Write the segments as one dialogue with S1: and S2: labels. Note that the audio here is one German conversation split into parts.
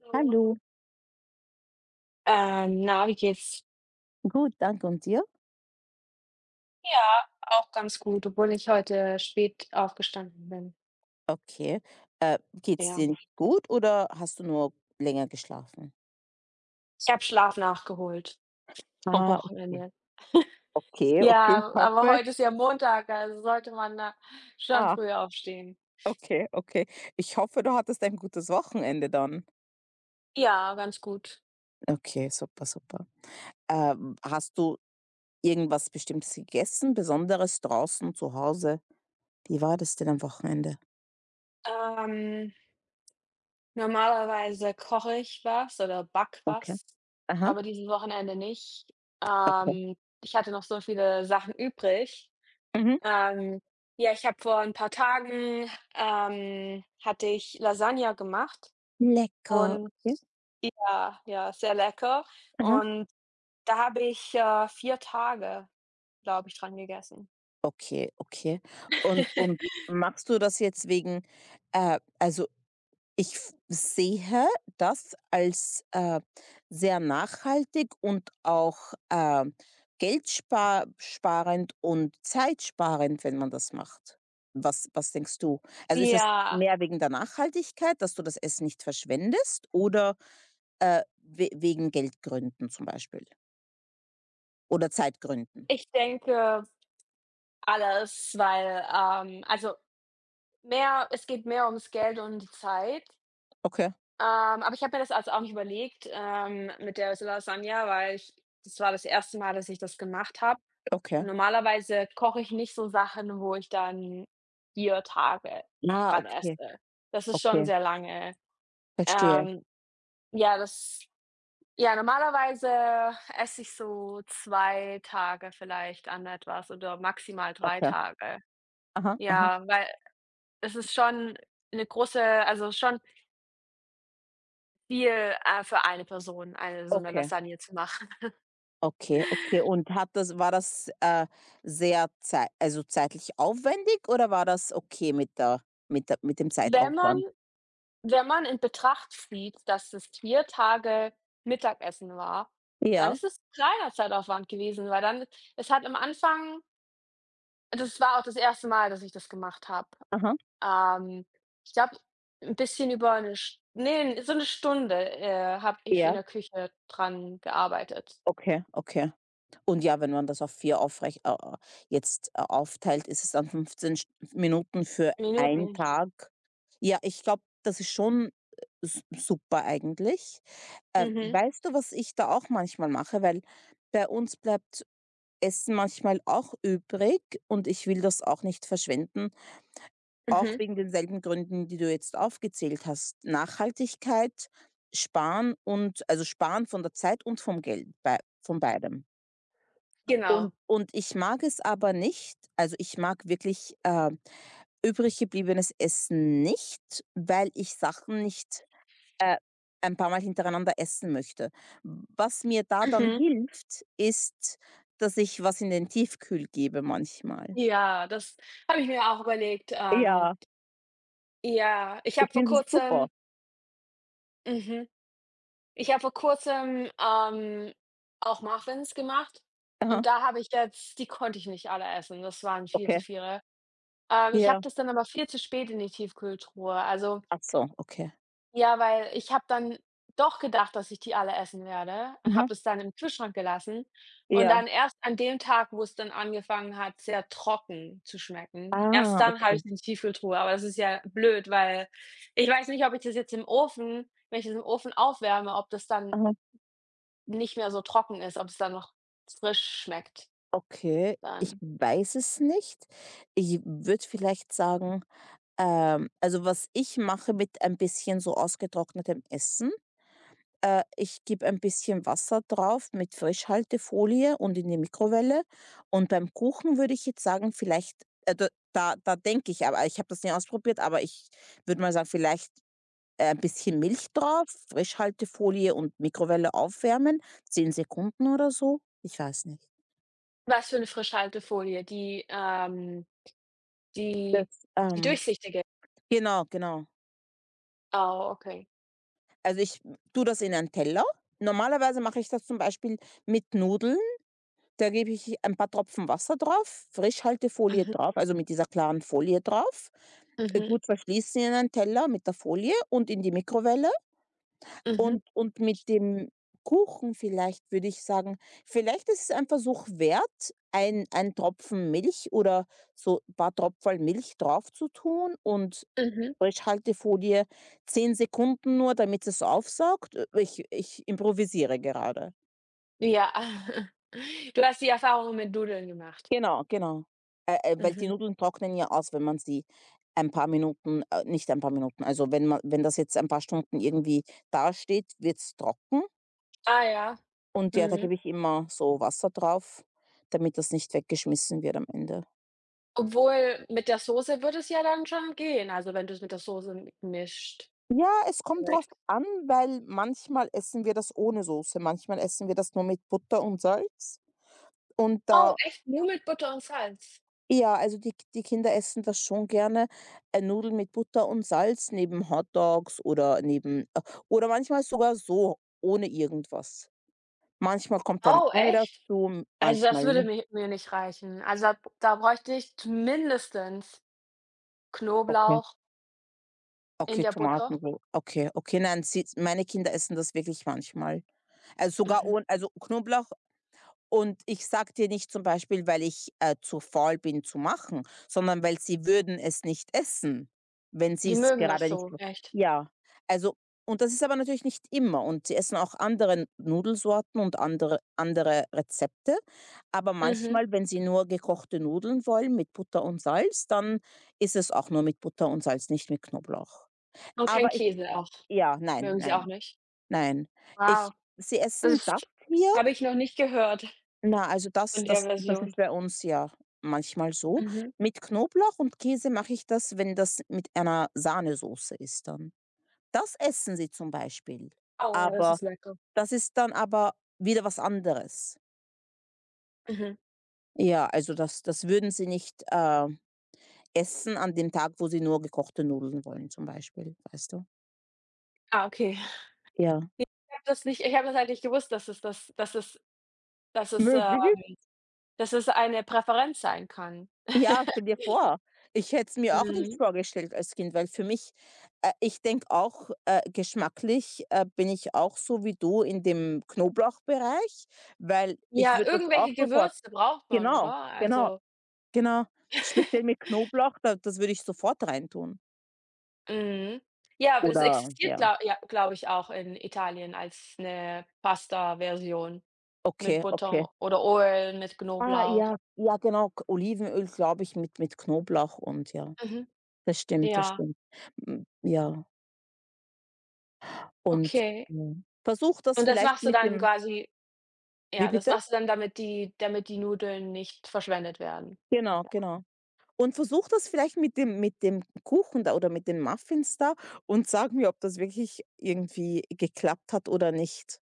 S1: Hallo.
S2: Hallo,
S1: Na, wie geht's?
S2: gut, danke und dir?
S1: Ja, auch ganz gut, obwohl ich heute spät aufgestanden bin.
S2: Okay. Geht's
S1: Ja,
S2: dir nicht gut oder hast du nur länger geschlafen?
S1: ich habe Schlaf nachgeholt vom
S2: Ah, okay.
S1: Wochenende.
S2: Okay, okay,
S1: Ja,
S2: ich
S1: aber
S2: hoffe.
S1: heute ist ja Montag, also sollte man da schon
S2: Ah,
S1: früh aufstehen.
S2: okay, okay. Ich hoffe, du hattest ein gutes Wochenende dann.
S1: Ja, ganz gut.
S2: Okay, super, super. Hast du irgendwas Bestimmtes gegessen, Besonderes draußen zu Hause? Wie war das denn am Wochenende?
S1: Ähm, Normalerweise koche ich was oder backe
S2: Okay.
S1: was,
S2: Aha,
S1: aber dieses Wochenende nicht.
S2: okay.
S1: Ähm, Ich hatte noch so viele Sachen übrig.
S2: Mhm.
S1: Ähm, ja, ich habe vor ein paar Tagen, hatte ich Lasagne gemacht
S2: Lecker.
S1: und, ja, sehr lecker.
S2: Okay.
S1: Und da habe ich, 4 Tage, glaube ich, dran gegessen.
S2: Okay, okay. Und machst du das jetzt wegen also ich f sehe das als, sehr nachhaltig und auch, geldspar und zeitsparend, wenn man das macht. Was denkst du? Also, ist das
S1: Ja,
S2: mehr wegen der Nachhaltigkeit, dass du das Essen nicht verschwendest oder, we wegen Geldgründen zum Beispiel oder Zeitgründen?
S1: ich denke alles, weil, also, mehr es geht mehr ums Geld und die Zeit.
S2: Okay,
S1: Aber ich habe mir das also auch nicht überlegt, mit der Lasagne, weil ich das war das erste Mal, dass ich das gemacht habe.
S2: okay.
S1: Und normalerweise koche ich nicht so Sachen, wo ich dann 4 Tage
S2: Ah,
S1: dran
S2: okay,
S1: esse. Das ist schon
S2: okay,
S1: sehr lange.
S2: verstehe.
S1: Ähm, ja, das ja, normalerweise esse ich so 2 Tage vielleicht an etwas oder maximal drei
S2: Okay.
S1: Tage.
S2: Aha, aha.
S1: Ja, weil es ist schon eine große also, schon viel, für eine Person, eine so eine
S2: Okay.
S1: Lasagne zu machen.
S2: Okay, okay. Und hat das war das, sehr zei also, zeitlich aufwendig oder war das okay mit der mit der mit dem
S1: Wenn man
S2: Zeitaufwand?
S1: wenn man in Betracht zieht, dass es 4 Tage Mittagessen war, dann
S2: Ja,
S1: ist es 'n kleiner Zeitaufwand gewesen, weil dann es hat am Anfang das war auch das erste Mal, dass ich das gemacht habe.
S2: aha.
S1: Ähm, ich glaube, 'n bisschen über so 'ne Stunde, habe ich in
S2: Ja,
S1: der Küche dran gearbeitet.
S2: okay. Okay. Und ja, wenn man das auf 4 aufteilt, ist es dann 15 St Minuten für einen
S1: Minuten.
S2: Tag. Ja, ich glaube, das ist schon, s super eigentlich.
S1: Mhm,
S2: Weißt du, was ich da auch manchmal mache? Weil bei uns bleibt Essen manchmal auch übrig und ich will das auch nicht verschwenden, auch
S1: mhm,
S2: wegen denselben Gründen, die du jetzt aufgezählt hast. Nachhaltigkeit, Sparen und also Sparen von der Zeit und vom Geld, bei von beidem. Und
S1: genau.
S2: und ich mag es aber nicht, also ich mag wirklich, übrig gebliebenes Essen nicht, weil ich Sachen nicht, äh, ein paar Mal hintereinander essen möchte. Was mir da dann
S1: Mhm.
S2: hilft, ist, dass ich was in den Tiefkühl gebe manchmal.
S1: Ja, das habe ich mir auch überlegt.
S2: Ja,
S1: Ja, ich
S2: ich
S1: habe vor
S2: finde es super.
S1: Kurzem mhm. Ich habe vor Kurzem, auch Muffins gemacht
S2: Aha,
S1: und da habe ich jetzt die konnte ich nicht alle essen, das waren viel zu
S2: okay.
S1: viele. Ich habe
S2: Ja.
S1: das dann aber viel zu spät in die Tiefkühltruhe. Also,
S2: Ach so, okay.
S1: ja, weil ich habe dann doch gedacht, dass ich die alle essen werde und
S2: Mhm.
S1: habe das dann im Kühlschrank gelassen und
S2: Ja.
S1: dann erst an dem Tag, wo es dann angefangen hat, sehr trocken zu schmecken, erst
S2: Ah,
S1: dann habe
S2: okay.
S1: ich in die Tiefkühltruhe, aber das ist ja blöd, weil ich weiß nicht, ob ich das jetzt im Ofen wenn ich das im Ofen aufwärme, ob das dann
S2: Aha.
S1: nicht mehr so trocken ist, ob es dann noch frisch schmeckt
S2: Okay, ich
S1: dann.
S2: weiß es nicht. Ich würde vielleicht sagen, also, was ich mache mit ein bisschen so ausgetrocknetem Essen, ich gebe ein bisschen Wasser drauf mit Frischhaltefolie und in die Mikrowelle. Und beim Kuchen würde ich jetzt sagen, vielleicht, da denke ich, aber ich habe das nie ausprobiert, aber ich würde mal sagen, vielleicht ein bisschen Milch drauf, Frischhaltefolie und Mikrowelle aufwärmen, 10 Sekunden oder so? Ich weiß nicht.
S1: Was für 'ne Frischhaltefolie? Die
S2: Das,
S1: die
S2: ähm
S1: durchsichtige?
S2: genau, genau.
S1: Oh, okay.
S2: Also, ich tue das in einen Teller. Normalerweise mache ich das zum Beispiel mit Nudeln. Da gebe ich ein paar Tropfen Wasser drauf, Frischhaltefolie
S1: Mhm,
S2: drauf, also mit dieser klaren Folie drauf,
S1: mhm,
S2: gut verschließen, in einen Teller mit der Folie und in die Mikrowelle.
S1: mhm,
S2: Und mit dem Kuchen vielleicht würde ich sagen, vielleicht ist es ein Versuch wert, ein Tropfen Milch oder so ein paar Tropferl Milch drauf zu tun und
S1: mhm.
S2: Frischhaltefolie 10 Sekunden nur, damit es aufsaugt. Ich improvisiere gerade.
S1: Ja. Du hast die Erfahrung mit Nudeln gemacht?
S2: Genau, genau. Weil die
S1: Mhm.
S2: Nudeln trocknen ja aus, wenn man sie ein paar Minuten, nicht ein paar Minuten, also wenn das jetzt ein paar Stunden irgendwie dasteht, wird's trocken.
S1: Ah ja,
S2: Und ja, da
S1: mhm.
S2: gebe ich immer so Wasser drauf, damit das nicht weggeschmissen wird am Ende.
S1: Obwohl mit der Soße würde es ja dann schon gehen, also wenn du's mit der Soße m mischt
S2: Ja, es kommt drauf
S1: direkt.
S2: an, weil manchmal essen wir das ohne Soße, manchmal essen wir das nur mit Butter und Salz. Und
S1: Oh,
S2: da
S1: echt? Nur mit Butter und Salz?
S2: ja, also die Kinder essen das schon gerne, Nudeln mit Butter und Salz neben Hotdogs oder neben, oder manchmal sogar so, ohne irgendwas. Manchmal kommt ein
S1: Oh,
S2: Ei
S1: echt?
S2: dazu, m
S1: Also, das
S2: manchmal
S1: würde
S2: nicht.
S1: mi mir nicht reichen. Also, da bräuchte ich z mindestens
S2: Okay.
S1: Knoblauch in
S2: Okay,
S1: der Butter.
S2: Tomaten so. Okay, okay, nein, sie meine Kinder essen das wirklich manchmal. Also, sogar
S1: Mhm.
S2: ohne, also, Knoblauch, und ich sage dir nicht zum Beispiel, weil ich, zu faul bin zu machen, sondern weil sie würden es nicht essen, wenn sie
S1: Die
S2: es
S1: mögen das
S2: gerade nicht
S1: so,
S2: w
S1: echt.
S2: ja. Also und das ist aber natürlich nicht immer und sie essen auch andere Nudelsorten und andere Rezepte, aber
S1: Mhm.
S2: manchmal, wenn sie nur gekochte Nudeln wollen mit Butter und Salz, dann ist es auch nur mit Butter und Salz, nicht mit Knoblauch.
S1: Und kein
S2: Aber ich,
S1: Käse auch.
S2: ja, nein,
S1: Mögen sie auch
S2: nein,
S1: nicht?
S2: nein.
S1: Wow,
S2: Ich Sie
S1: das
S2: essen das
S1: ist
S2: hier.
S1: habe ich noch nicht gehört
S2: Na, also das
S1: in der
S2: das das ist
S1: Version.
S2: bei uns ja manchmal so.
S1: Mhm.
S2: Mit Knoblauch und Käse mache ich das, wenn das mit einer Sahnesoße ist dann. Das essen sie zum Beispiel,
S1: Oh, das
S2: aber
S1: ist lecker.
S2: das ist dann aber wieder was anderes.
S1: Mhm.
S2: Ja, also das würden sie nicht, essen an dem Tag, wo sie nur gekochte Nudeln wollen zum Beispiel, weißt du?
S1: Ah, okay.
S2: Ja.
S1: Ich habe das halt nicht gewusst, dass es, äh
S2: Möglich.
S1: dass es eine Präferenz sein kann.
S2: Ja, stell dir vor. Ich hätte es mir auch nicht
S1: Mhm.
S2: vorgestellt als Kind, weil für mich, ich denke auch, geschmacklich, bin ich auch so wie du in dem Knoblauchbereich, weil ich
S1: Ja,
S2: würde das auch
S1: irgendwelche
S2: sofort,
S1: Gewürze braucht man, oder?
S2: genau, genau,
S1: Also
S2: genau. Speziell mit Knoblauch, da das würde ich sofort reintun.
S1: Mhm. Ja, aber das
S2: Oder
S1: existiert,
S2: ja.
S1: glau ja, glaube ich, auch in Italien als 'ne Pasta-Version mit
S2: Okay, okay.
S1: Butter oder Öl, mit
S2: Ah,
S1: Knoblauch.
S2: ja, ja, genau, K Olivenöl, glaube ich, mit Knoblauch und ja,
S1: Mhm.
S2: das stimmt, das
S1: Ja,
S2: stimmt. Hm, ja, und,
S1: okay.
S2: hm, versuch das
S1: Und das
S2: vielleicht
S1: machst du
S2: mit
S1: dann
S2: dem.
S1: quasi
S2: Wie
S1: ja, das
S2: bitte?
S1: machst du dann, damit die Nudeln nicht verschwendet werden.
S2: Genau, genau. Und versuch das vielleicht mit dem Kuchen da oder mit den Muffins da und sag mir, ob das wirklich irgendwie geklappt hat oder nicht.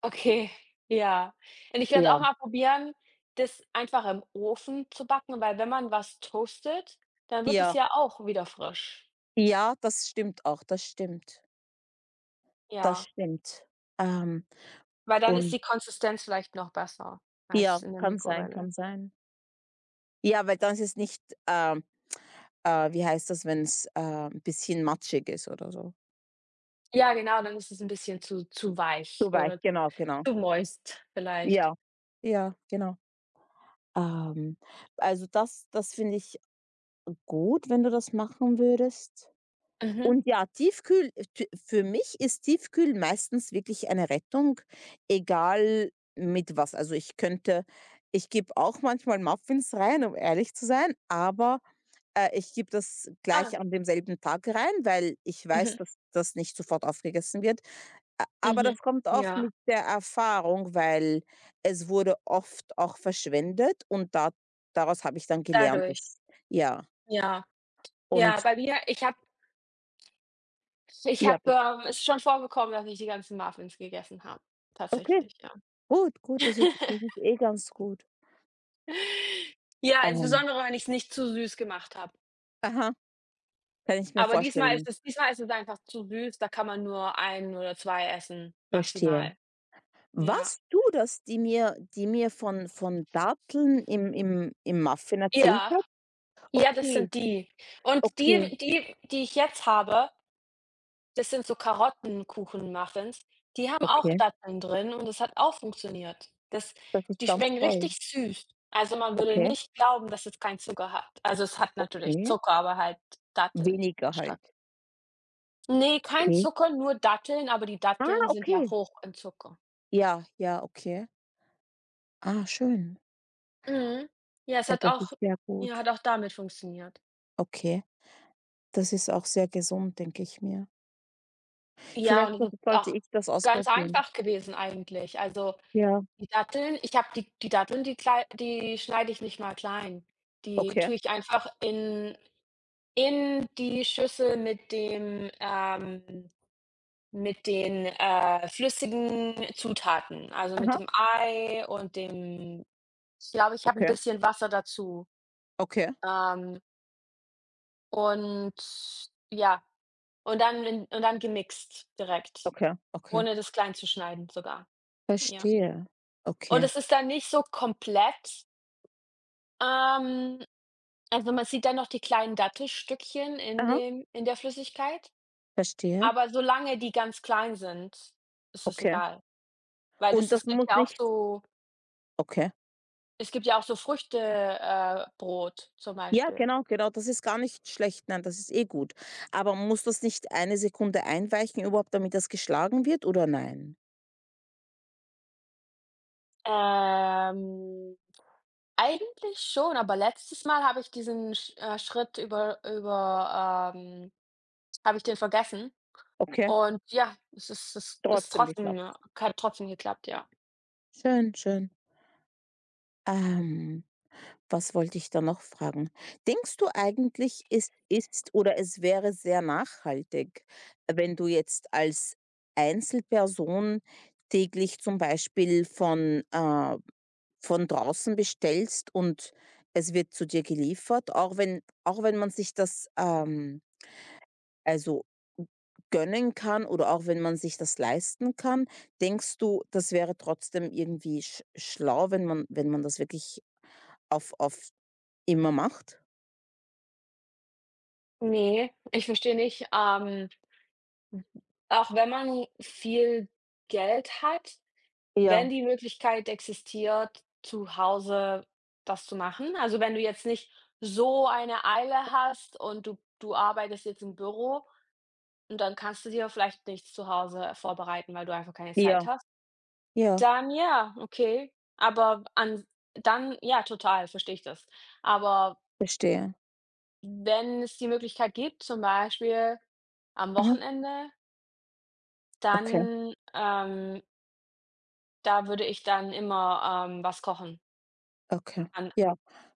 S1: Okay, ja. Und ich werde auch
S2: Ja,
S1: mal probieren, das einfach im Ofen zu backen, weil wenn man was toastet, dann wird es
S2: ja,
S1: ja auch wieder frisch.
S2: ja, das stimmt auch, das stimmt. Das
S1: Ja.
S2: stimmt. Ähm,
S1: Weil dann ist
S2: und
S1: die Konsistenz vielleicht noch besser
S2: ja,
S1: als in der
S2: kann sein,
S1: Mikrowelle.
S2: kann sein. Ja, weil dann ist es nicht, wie heißt das, wenn's, ein bisschen matschig ist oder so.
S1: Ja, genau, dann ist es 'n bisschen zu weich
S2: Zu weich,
S1: oder
S2: genau, genau.
S1: zu moist vielleicht.
S2: Ja, ja, genau. Ähm, also das finde ich gut, wenn du das machen würdest.
S1: Mhm.
S2: Und ja, Tiefkühl t für mich ist Tiefkühl meistens wirklich eine Rettung, egal mit was. Also, ich gebe auch manchmal Muffins rein, um ehrlich zu sein, aber, ich gebe das gleich
S1: Ah,
S2: an demselben Tag rein, weil ich weiß,
S1: mhm,
S2: dass das nicht sofort aufgegessen wird. A aber
S1: mhm.
S2: das kommt auch
S1: Ja,
S2: mit der Erfahrung, weil es wurde oft auch verschwendet und da daraus habe ich dann gelernt,
S1: dadurch.
S2: dass ja,
S1: Ja. Ja,
S2: und
S1: bei mir ich
S2: ja,
S1: habe, ist schon vorgekommen, dass ich die ganzen Muffins gegessen habe,
S2: okay,
S1: tatsächlich, ja.
S2: gut, gut, das ist eh ganz gut.
S1: Ja,
S2: Ähm,
S1: insbesondere, wenn ich's nicht zu süß gemacht habe.
S2: aha, kann ich mir
S1: Aber
S2: vorstellen.
S1: diesmal ist es einfach zu süß, da kann man nur 1 oder 2 essen,
S2: Verstehe.
S1: maximal. Ja.
S2: Was du das, die mir von Datteln im Muffin erzählt
S1: Ja.
S2: hat?
S1: Ja, das
S2: Okay,
S1: sind die. Und
S2: okay,
S1: die ich jetzt habe, das sind so Karottenkuchen-Muffins, die haben auch
S2: okay,
S1: Datteln drin und das hat auch funktioniert. Das
S2: das ist
S1: die
S2: ganz
S1: schmecken
S2: toll.
S1: richtig süß. Also, man würde
S2: Okay,
S1: nicht glauben, dass es keinen Zucker hat. Also, es hat natürlich
S2: okay,
S1: Zucker, aber halt Datteln
S2: weniger halt.
S1: anstatt. Ne, kein
S2: Okay.
S1: Zucker, nur Datteln, aber die
S2: Ah,
S1: Datteln sind ja
S2: okay.
S1: hoch in Zucker.
S2: Ja, ja, okay. Ah, schön.
S1: Mhm. Ja, es hat
S2: Das
S1: auch
S2: ist sehr
S1: ja,
S2: gut.
S1: hat auch damit funktioniert.
S2: Okay, das ist auch sehr gesund, denke ich mir.
S1: Ja,
S2: Vielleicht
S1: und
S2: so
S1: es ist auch
S2: sollte ich das
S1: ganz
S2: ausprobieren.
S1: einfach gewesen eigentlich. Also
S2: Ja,
S1: Die Datteln ich habe die Datteln, die schneide ich nicht mal klein. Die
S2: okay.
S1: tue ich einfach in die Schüssel mit dem, mit den, flüssigen Zutaten, also mit
S2: Aha.
S1: dem Ei und dem ich glaube, ich habe ein
S2: Okay.
S1: bisschen Wasser dazu.
S2: Okay,
S1: Ähm, und ja, und dann gemixt direkt,
S2: okay. Okay.
S1: ohne das klein zu schneiden sogar. Ja.
S2: Verstehe.
S1: Und
S2: Okay.
S1: es ist dann nicht so komplett, ähm Also, man sieht dann noch die kleinen Dattelstückchen
S2: Aha.
S1: in der Flüssigkeit,
S2: Verstehe.
S1: aber solange die ganz klein sind, ist es
S2: Okay.
S1: egal. Weil
S2: Und
S1: das
S2: das muss nicht. Okay.
S1: es gibt ja auch so Früchte Brot zum
S2: Ja,
S1: Beispiel.
S2: genau, genau. Das ist gar nicht schlecht. Nein, das ist eh gut. Aber muss das nicht eine Sekunde einweichen überhaupt, damit das geschlagen wird oder nein?
S1: Ähm, eigentlich schon, aber letztes Mal habe ich diesen Schritt habe ich den vergessen
S2: Okay,
S1: und ja, es ist
S2: trotzdem
S1: trotzdem
S2: geklappt.
S1: hat trotzdem geklappt, ja.
S2: Schön, schön. Ähm Was wollte ich da noch fragen? Denkst du eigentlich, es ist oder es wäre sehr nachhaltig, wenn du jetzt als Einzelperson täglich zum Beispiel von draußen bestellst und es wird zu dir geliefert, auch wenn, man sich das, also gönnen kann oder auch wenn man sich das leisten kann, denkst du, das wäre trotzdem irgendwie schlau, wenn man das wirklich auf immer macht?
S1: Ne, ich verstehe nicht, Auch wenn man viel Geld hat, wenn
S2: Ja.
S1: die Möglichkeit existiert, zu Hause das zu machen. Also, wenn du jetzt nicht so eine Eile hast und du arbeitest jetzt im Büro und dann kannst du dir vielleicht nichts zu Hause vorbereiten, weil du einfach keine
S2: Ja.
S1: Zeit hast,
S2: Ja,
S1: dann ja, okay. Aber an dann ja, total, verstehe ich das. Aber
S2: verstehe.
S1: wenn es die Möglichkeit gibt, zum Beispiel am
S2: Mhm.
S1: Wochenende,
S2: Okay,
S1: dann, Da würde ich dann immer, was kochen
S2: okay.
S1: an
S2: Ja,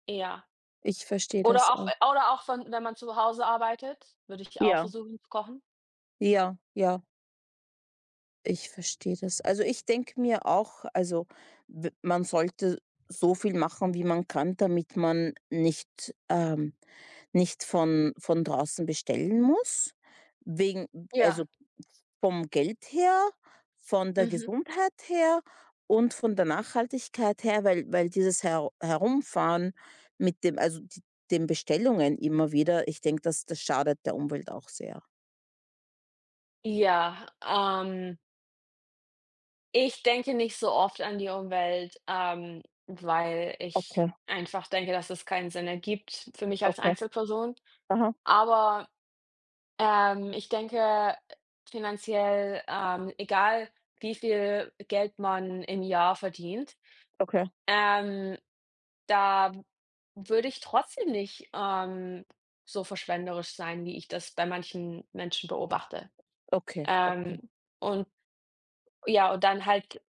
S1: ja.
S2: ich verstehe das auch.
S1: Oder auch von wenn man zu Hause arbeitet, würde ich auch
S2: Ja.
S1: versuchen zu kochen.
S2: Ja, ja, ich verstehe das. Also, ich denke mir auch, also, w man sollte so viel machen, wie man kann, damit man nicht von draußen bestellen muss, wegen
S1: Ja,
S2: also vom Geld her, von der
S1: mhm.
S2: Gesundheit her und von der Nachhaltigkeit her, weil dieses Herumfahren mit dem, also d den Bestellungen immer wieder, ich denke, das schadet der Umwelt auch sehr.
S1: Ja, ich denke nicht so oft an die Umwelt, weil ich
S2: Okay,
S1: einfach denke, dass es keinen Sinn ergibt für mich als
S2: okay.
S1: Einzelperson.
S2: Aha,
S1: Aber, ich denke finanziell, egal wie viel Geld man im Jahr verdient,
S2: okay.
S1: ähm Da würde ich trotzdem nicht, so verschwenderisch sein, wie ich das bei manchen Menschen beobachte.
S2: Okay, okay.
S1: Ähm, und ja, und dann halt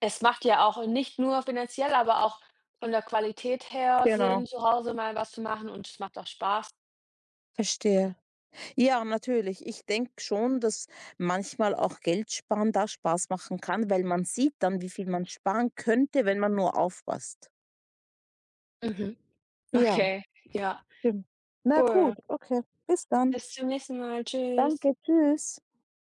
S1: es macht ja auch nicht nur finanziell, aber auch von der Qualität her
S2: Genau.
S1: Sinn, zu Hause mal was zu machen und es macht auch Spaß.
S2: Verstehe. Ja, natürlich. Ich denke schon, dass manchmal auch Geld sparen da Spaß machen kann, weil man sieht dann, wie viel man sparen könnte, wenn man nur aufpasst.
S1: Mhm,
S2: Ja,
S1: okay, ja,
S2: stimmt. Na
S1: cool.
S2: gut, okay. Bis dann.
S1: Bis zum nächsten Mal. Tschüss.
S2: Danke, tschüss.